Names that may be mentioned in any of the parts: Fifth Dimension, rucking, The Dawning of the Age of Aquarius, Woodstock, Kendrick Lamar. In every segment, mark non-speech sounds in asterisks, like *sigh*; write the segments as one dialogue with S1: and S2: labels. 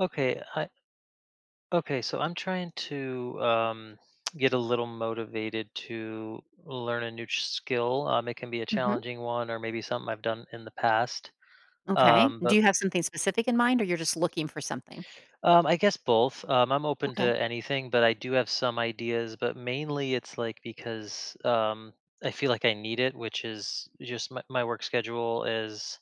S1: Okay, I okay, so I'm trying to *tsk* get a little motivated to learn a skill. It can be a
S2: Mhm.
S1: challenging one, or maybe something I've done in the past.
S2: Okay. Do
S1: But
S2: you have something specific in mind or you're just looking for something?
S1: I guess both. I'm open
S2: Okay.
S1: to anything, but I do have some ideas. But mainly, it's like because I feel like I need it, which is just my work schedule is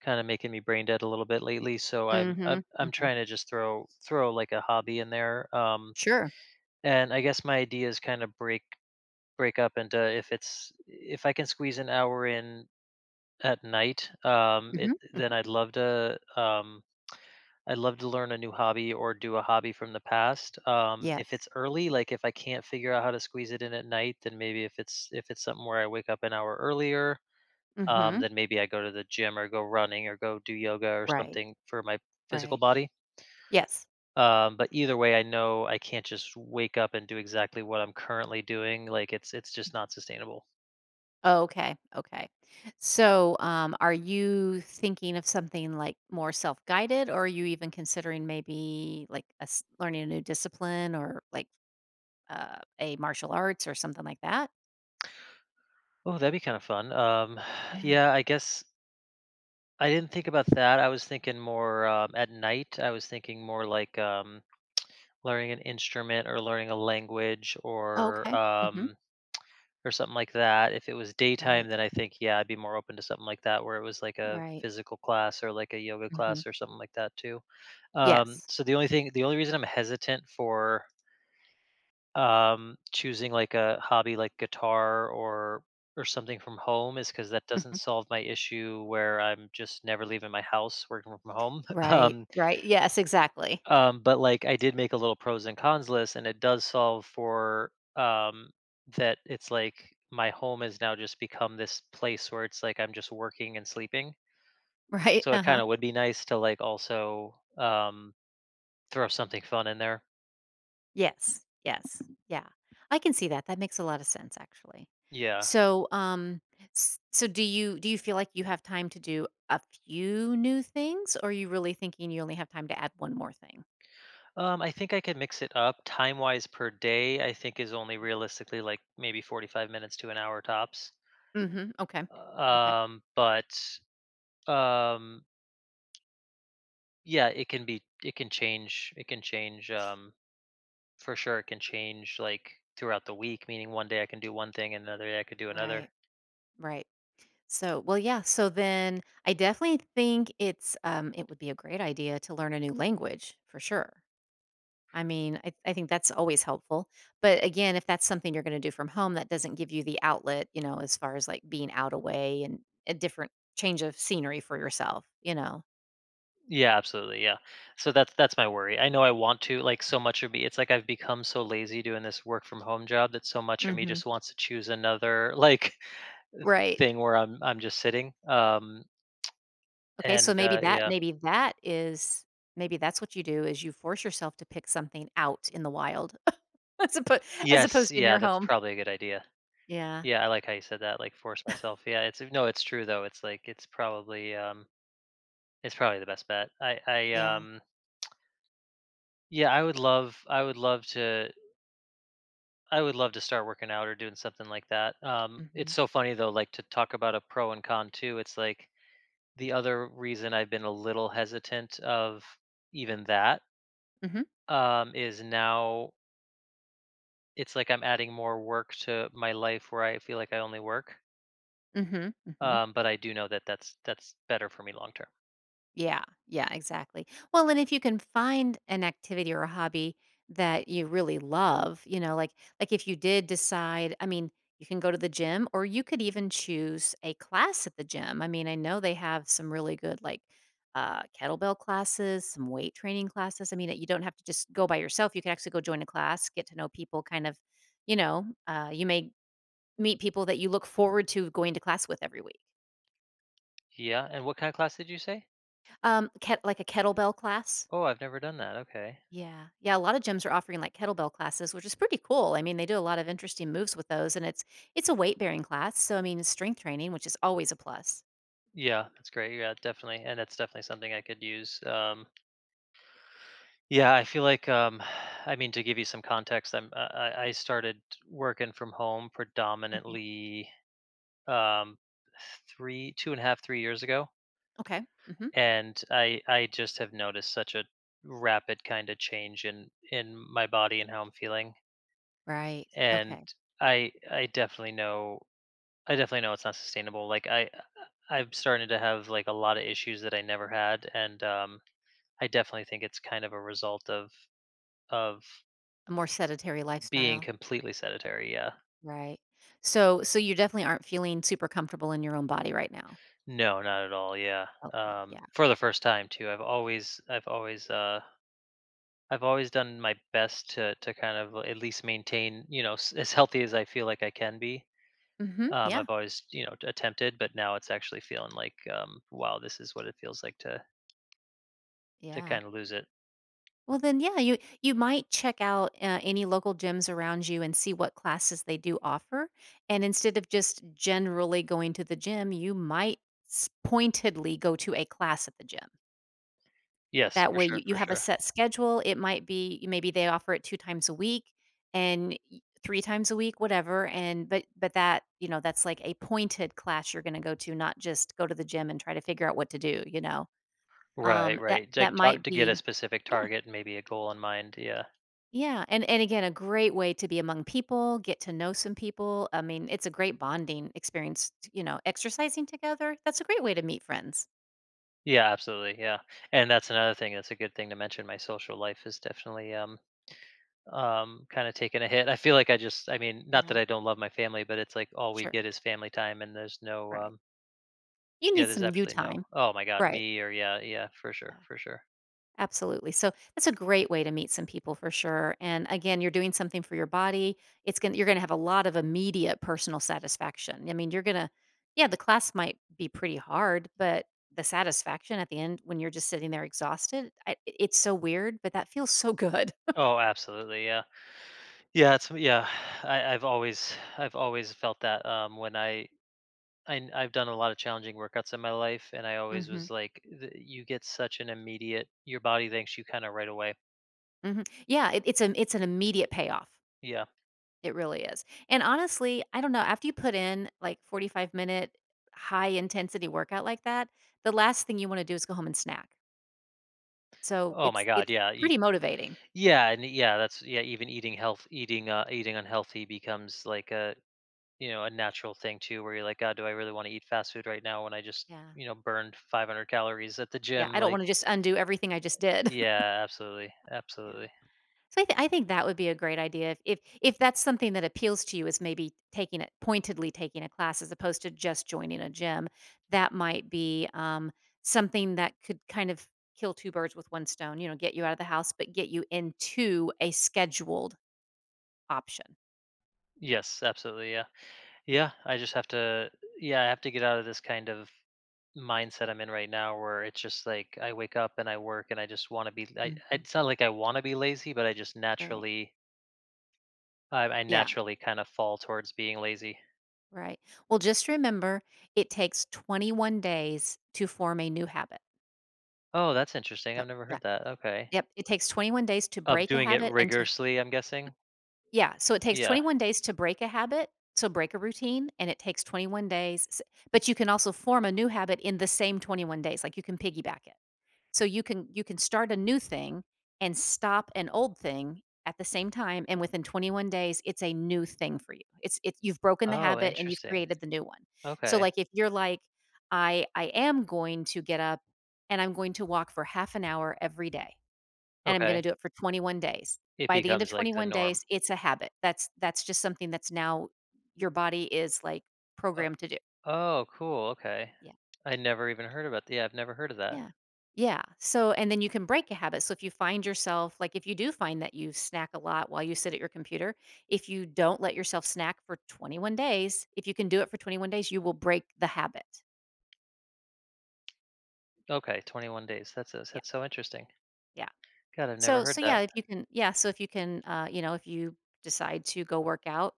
S1: kind of making me brain dead a little bit lately. So I'm I'm,
S2: Mhm,
S1: I'm
S2: mhm.
S1: trying to just throw like a hobby in there.
S2: Sure.
S1: And I guess my ideas kind of break up into if I can squeeze an hour in at night, it
S2: Mhm,
S1: then
S2: mhm.
S1: I'd love to learn a new hobby or do a hobby from the past. If
S2: Yes.
S1: it's early, like if I can't figure out how to squeeze it in at night, then maybe if it's something where I wake up an hour earlier,
S2: Mhm.
S1: then maybe I go to the gym or go running or go do yoga or
S2: Right,
S1: something for my physical
S2: right.
S1: body.
S2: Yes.
S1: But either way, I know I can't just wake up and do exactly what I'm currently doing. Like it's just not sustainable.
S2: Okay, okay. So, are you thinking of something, like, more self-guided, or are you even considering maybe, like, a s learning a new discipline or, like, a martial arts or something like that?
S1: Oh, that'd be kind of fun. *sighs*
S2: Yeah.
S1: Yeah, I guess I didn't think about that. I was thinking more at night. I was thinking more like learning an instrument or learning a language
S2: Oh, okay. Mhm.
S1: or something like that. If it was daytime,
S2: Right,
S1: then I think yeah, I'd be more open to something like that, where it was like a
S2: right.
S1: physical class or like a yoga class
S2: Mhm.
S1: or something like that too.
S2: Yes.
S1: So the only thing, the only reason I'm hesitant for choosing like a hobby like guitar or something from home is because that doesn't
S2: Mhm.
S1: solve my issue where I'm just never leaving my house working from home. *laughs*
S2: Right,
S1: Um,
S2: right. Yes, exactly. *laughs*
S1: but like I did make a little pros and cons list, and it does solve for that. It's like my home has now just become this place where it's like I'm just working and sleeping.
S2: Right,
S1: So it kind
S2: uh-huh.
S1: of would be nice to like also throw something fun in there.
S2: Yes, yes, yeah. I can see that, that makes a lot of sense, actually.
S1: Yeah.
S2: So, s so do you feel like you have time to do a few new things, or are you really thinking you only have time to add one more thing?
S1: I think I could mix it up. Time wise per day, I think is only realistically like maybe 45 minutes to an hour tops.
S2: Mhm, okay.
S1: Uh,
S2: Okay.
S1: But um, yeah, it can be. It can change. For sure, it can change like throughout the week. Meaning one day I can do one thing, and another day I could do another.
S2: Right, right. So well, yeah, so then I definitely think it would be a great idea to learn a new language, for sure. I mean, I think that's always helpful. But again, if that's something you're going to do from home, that doesn't give you the outlet, as far as like being out away and a different change of scenery for yourself.
S1: Yeah, absolutely. Yeah. So that's my worry. I know I want to like so much of me. It's like I've become so lazy doing this work from home job that so much of me
S2: Hmm.
S1: just wants to choose another *laughs* like
S2: Right.
S1: thing where I'm just sitting, um,
S2: Okay.
S1: and,
S2: So
S1: uh, yeah.
S2: maybe that's what you do is you force yourself to pick something out in the wild *laughs* as opposed, as
S1: Yes,
S2: opposed to in
S1: yeah,
S2: your
S1: that's
S2: home.
S1: probably a good idea.
S2: Yeah.
S1: Yeah, I like how you said that, like, force myself. Yeah, it's no, it's true though, it's like it's probably, it's probably the best bet. I I,
S2: Yeah.
S1: um yeah, I would love to I would love to start working out or doing something like that. It's
S2: Hmm,
S1: so funny though, like, to talk about a pro and con too, it's like the other reason I've been a little hesitant of even that,
S2: hmm,
S1: um, is now it's like I'm adding more work to my life where I feel like I only work.
S2: hmm, hmm.
S1: But I do know that that's better for me long term.
S2: Yeah, yeah, exactly. Well, and if you can find an activity or a hobby that you really love, like if you did decide, I mean, you can go to the gym or you could even choose a class at the gym. I mean, I know they have some really good like kettlebell classes, some weight training classes. I mean, you don't have to just go by yourself. You can actually go join a class, get to know people, kind of, you may meet people that you look forward to going to class with every week.
S1: Yeah. And what kind of class did you say?
S2: Like a kettlebell class.
S1: Oh, I've never done that. Okay.
S2: Yeah. Yeah, a lot of gyms are offering like kettlebell classes, which is pretty cool. I mean, they do a lot of interesting moves with those, and it's a weight-bearing class, so I mean, it's strength training, which is always a plus.
S1: Yeah, that's great. Yeah, definitely. And that's definitely something I could use. Yeah, I feel like *sighs* I mean to give you some context, I'm I started working from home
S2: Mhm.
S1: predominantly um, three, two and a half, 3 years ago.
S2: Okay. Mhm.
S1: And I just have noticed such a rapid kind of change in my body and how I'm feeling.
S2: Right.
S1: And
S2: Okay.
S1: I I definitely know I definitely know it's not sustainable. Like I I'm starting to have like a lot of issues that I never had, and I definitely think it's kind of a result of
S2: A more sedentary
S1: being
S2: lifestyle.
S1: completely sedentary. Yeah.
S2: Right. So you definitely aren't feeling super comfortable in your own body right now.
S1: No, not at all. Yeah.
S2: Okay. Yeah.
S1: For the first time too. I've always done my best to kind of at least maintain, you know, as healthy as I feel like I can be.
S2: Mhm. Yeah.
S1: I've always, you know, attempted, but now it's actually feeling like, wow, this is what it feels like to
S2: Yeah.
S1: kind of lose it.
S2: Well, then, yeah, you might check out any local gyms around you and see what classes they do offer. And instead of just generally going to the gym, you might pointedly go to a class at the gym.
S1: Yes,
S2: That
S1: for
S2: way,
S1: sure,
S2: you
S1: for
S2: have a
S1: sure.
S2: set schedule. It might be maybe they offer it 2 times a week, and 3 times a week, whatever. And but that you know that's like a pointed class you're going to go to, not just go to the gym and try to figure out what to do. You know.
S1: Right,
S2: um, that
S1: right. Like
S2: that
S1: talk,
S2: might
S1: to get a
S2: be,
S1: specific
S2: yeah.
S1: target and maybe a goal in mind. Yeah,
S2: Yeah, and again, a great way to be among people, get to know some people. I mean, it's a great bonding experience, exercising together. That's a great way to meet friends.
S1: yeah, absolutely. Yeah, and that's another thing. That's a good thing to mention. My social life is definitely kind of taking a hit. I feel like I just, I mean, not that
S2: Right.
S1: I don't love my family, but it's like all we
S2: Sure.
S1: get is family time, and there's no
S2: Right.
S1: um
S2: You
S1: Yeah,
S2: need
S1: there's
S2: some you
S1: absolutely no
S2: time.
S1: oh my god,
S2: Right.
S1: me or yeah, yeah, for sure,
S2: Yeah.
S1: for sure.
S2: Absolutely. So that's a great way to meet some people for sure. And again, you're doing something for your body. It's going to You're going to have a lot of immediate personal satisfaction. I mean, you're going to yeah, the class might be pretty hard, but the satisfaction at the end when you're just sitting there exhausted, it's so weird, but that feels so good.
S1: Oh, absolutely, yeah. Yeah, it's yeah, *sighs* I've always felt that when I've done a lot of challenging workouts in my life and I always
S2: Hmm,
S1: was like you get such an immediate your body thanks you kind of right away.
S2: hmm. Yeah, it's an immediate payoff.
S1: Yeah.
S2: It really is. And honestly, I don't know. After you put in like 45-minute high intensity workout like that, the last thing you want to do is go home and snack. So
S1: Oh my
S2: it's
S1: god,
S2: it's
S1: yeah. You-
S2: pretty motivating.
S1: Yeah, and yeah, that's yeah, even eating health eating eating unhealthy becomes like a you know, a natural thing too where you're like, God, do I really want to eat fast food right now when I just
S2: Yeah.
S1: you know burned 500 calories at the gym
S2: Yeah, I don't
S1: like.
S2: wanna just undo everything I just did. *laughs*
S1: Yeah, absolutely.
S2: Yeah.
S1: Absolutely.
S2: So I think that would be a great idea if that's something that appeals to you is maybe taking it pointedly taking a class as opposed to just joining a gym, that might be, something that could kind of kill 2 birds with 1 stone, get you out of the house, but get you into a scheduled option.
S1: Yes, absolutely. Yeah.
S2: Yeah.
S1: Yeah. I just have yeah, I have to get out of this kind of mindset I'm in right now where it's just like I wake up and I work and I just want to be, I,
S2: Mhm.
S1: it's not like I want to be lazy, but I just
S2: Right.
S1: naturally, I
S2: Yeah,
S1: naturally kind of fall towards being lazy.
S2: right. Well, just remember, it takes 21 days to form a new habit.
S1: Oh, that's interesting.
S2: So,
S1: I've never
S2: yeah.
S1: heard that. Okay.
S2: Yep, it takes 21 days to
S1: Of
S2: break a
S1: doing it
S2: habit and to
S1: rigorously, I'm guessing.
S2: yeah, so it takes
S1: Yeah.
S2: 21 days to break a habit, so break a routine, and it takes 21 days s but you can also form a new habit in the same 21 days, like, you can piggyback it. So you can start a new thing and stop an old thing at the same time, and within 21 days, it's a new thing for you. It's You've broken the
S1: Oh,
S2: habit and you've
S1: interesting.
S2: created the new one. So,
S1: Okay.
S2: like, if you're like, "I am going to get up and I'm going to walk for half an hour every day," and I'm gonna
S1: Okay.
S2: do it for 21 days.
S1: It
S2: By the end of
S1: becomes like the
S2: 21
S1: norm.
S2: days, it's a habit. That's just something that's now your body is, like,
S1: uh,
S2: programmed to do.
S1: Oh, cool. Okay.
S2: Yeah,
S1: I never even heard about yeah, I've never heard of that.
S2: yeah. Yeah, so and then you can break a habit. So if you find yourself like, if you do find that you snack a lot while you sit at your computer, if you don't let yourself snack for 21 days, if you can do it for 21 days, you will break the habit.
S1: Okay, 21 days.
S2: Yeah,
S1: That's so interesting.
S2: yeah.
S1: God, I've never
S2: So
S1: heard
S2: so,
S1: that.
S2: yeah, if you can yeah, so if you can, if you decide to go work out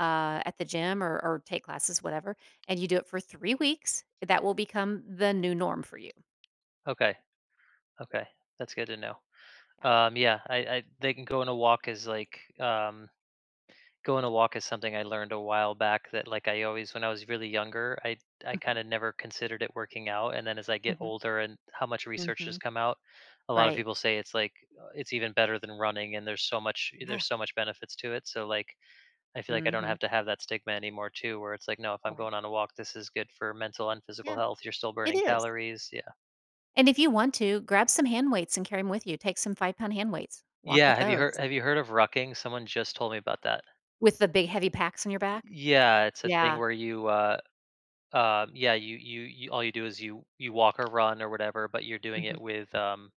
S2: at the gym or take classes, whatever, and you do it for 3 weeks, that will become the new norm for you.
S1: Okay. Okay. That's good to know.
S2: Yeah.
S1: Yeah, I they can go on a walk is like go on a walk is something I learned a while back that like I always when I was really younger, I kind of never considered it working out and then as I get
S2: Hmm,
S1: older and how much
S2: hmm,
S1: research
S2: hmm.
S1: has come out, a lot of
S2: Right.
S1: people say it's like it's even better than running and there's
S2: Yeah.
S1: so much benefits to it. So like I feel like I don't
S2: Hmm.
S1: have to have that stigma anymore too, where it's like, no, if I'm
S2: Right.
S1: going on a walk, this is good for mental and physical
S2: Yeah.
S1: health. You're still
S2: It
S1: burning
S2: is.
S1: calories. Yeah.
S2: And if you want to, grab some hand weights and carry them with you. Take some 5 pound hand weights. Walk
S1: Yeah.
S2: with
S1: Have you heard
S2: those
S1: have you heard of rucking? Someone just told me about that.
S2: with the big heavy packs on your back.
S1: Yeah, it's a thing
S2: Yeah.
S1: where you yeah, you all you do is you walk or run or whatever, but you're doing it
S2: Hmm.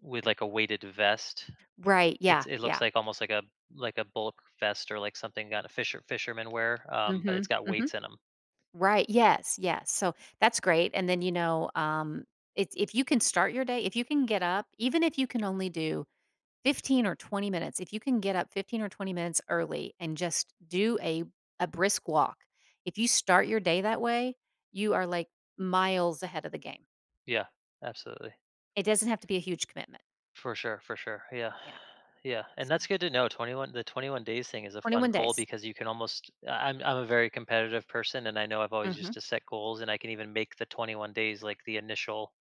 S1: with like a weighted vest.
S2: Right.
S1: It's
S2: Yeah.
S1: it looks
S2: Yeah.
S1: like almost like a bulk vest or like something kind of fisherman wear. But
S2: Hmm,
S1: it's got
S2: hmm.
S1: weights in them.
S2: Right. Yes. Yes. So that's great. And then you know, it's if you can start your day, if you can get up, even if you can only do 15 or 20 minutes. If you can get up 15 or 20 minutes early and just do a brisk walk. If you start your day that way, you are like miles ahead of the game.
S1: Yeah, absolutely.
S2: It doesn't have to be a huge commitment.
S1: For sure, for sure. Yeah.
S2: Yeah.
S1: Yeah, and
S2: So
S1: that's good to know. 21 The 21 days thing is a fun
S2: 21
S1: goal
S2: days.
S1: because you can almost I'm a very competitive person and I know I've always used
S2: Mhm.
S1: to set goals and I can even make the 21 days like the initial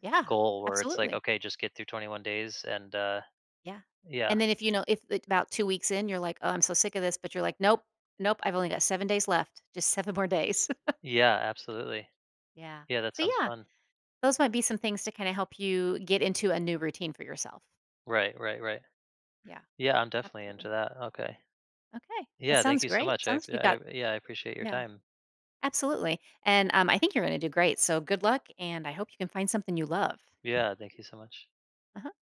S2: Yeah.
S1: goal where it's like
S2: Absolutely.
S1: okay, just get through 21 days and
S2: Yeah.
S1: yeah.
S2: And then if you know if it- about 2 weeks in you're like, "Oh, I'm so sick of this," but you're like, "Nope. Nope. I've only got 7 days left. Just 7 more days." *laughs*
S1: Yeah, absolutely.
S2: Yeah.
S1: Yeah, that
S2: So
S1: sounds
S2: yeah,
S1: fun.
S2: those might be some things to kind of help you get into a new routine for yourself.
S1: Right, right, right.
S2: Yeah.
S1: Yeah, I'm definitely
S2: Absolutely.
S1: into that. Okay.
S2: Okay. That
S1: Yeah, thank
S2: sounds
S1: you so
S2: great.
S1: much.
S2: Sounds like you
S1: I
S2: got
S1: yeah, I appreciate your
S2: Yeah,
S1: time.
S2: absolutely. And, I think you're gonna do great, so good luck, and I hope you can find something you love.
S1: Yeah, thank you so much.
S2: Uh-huh.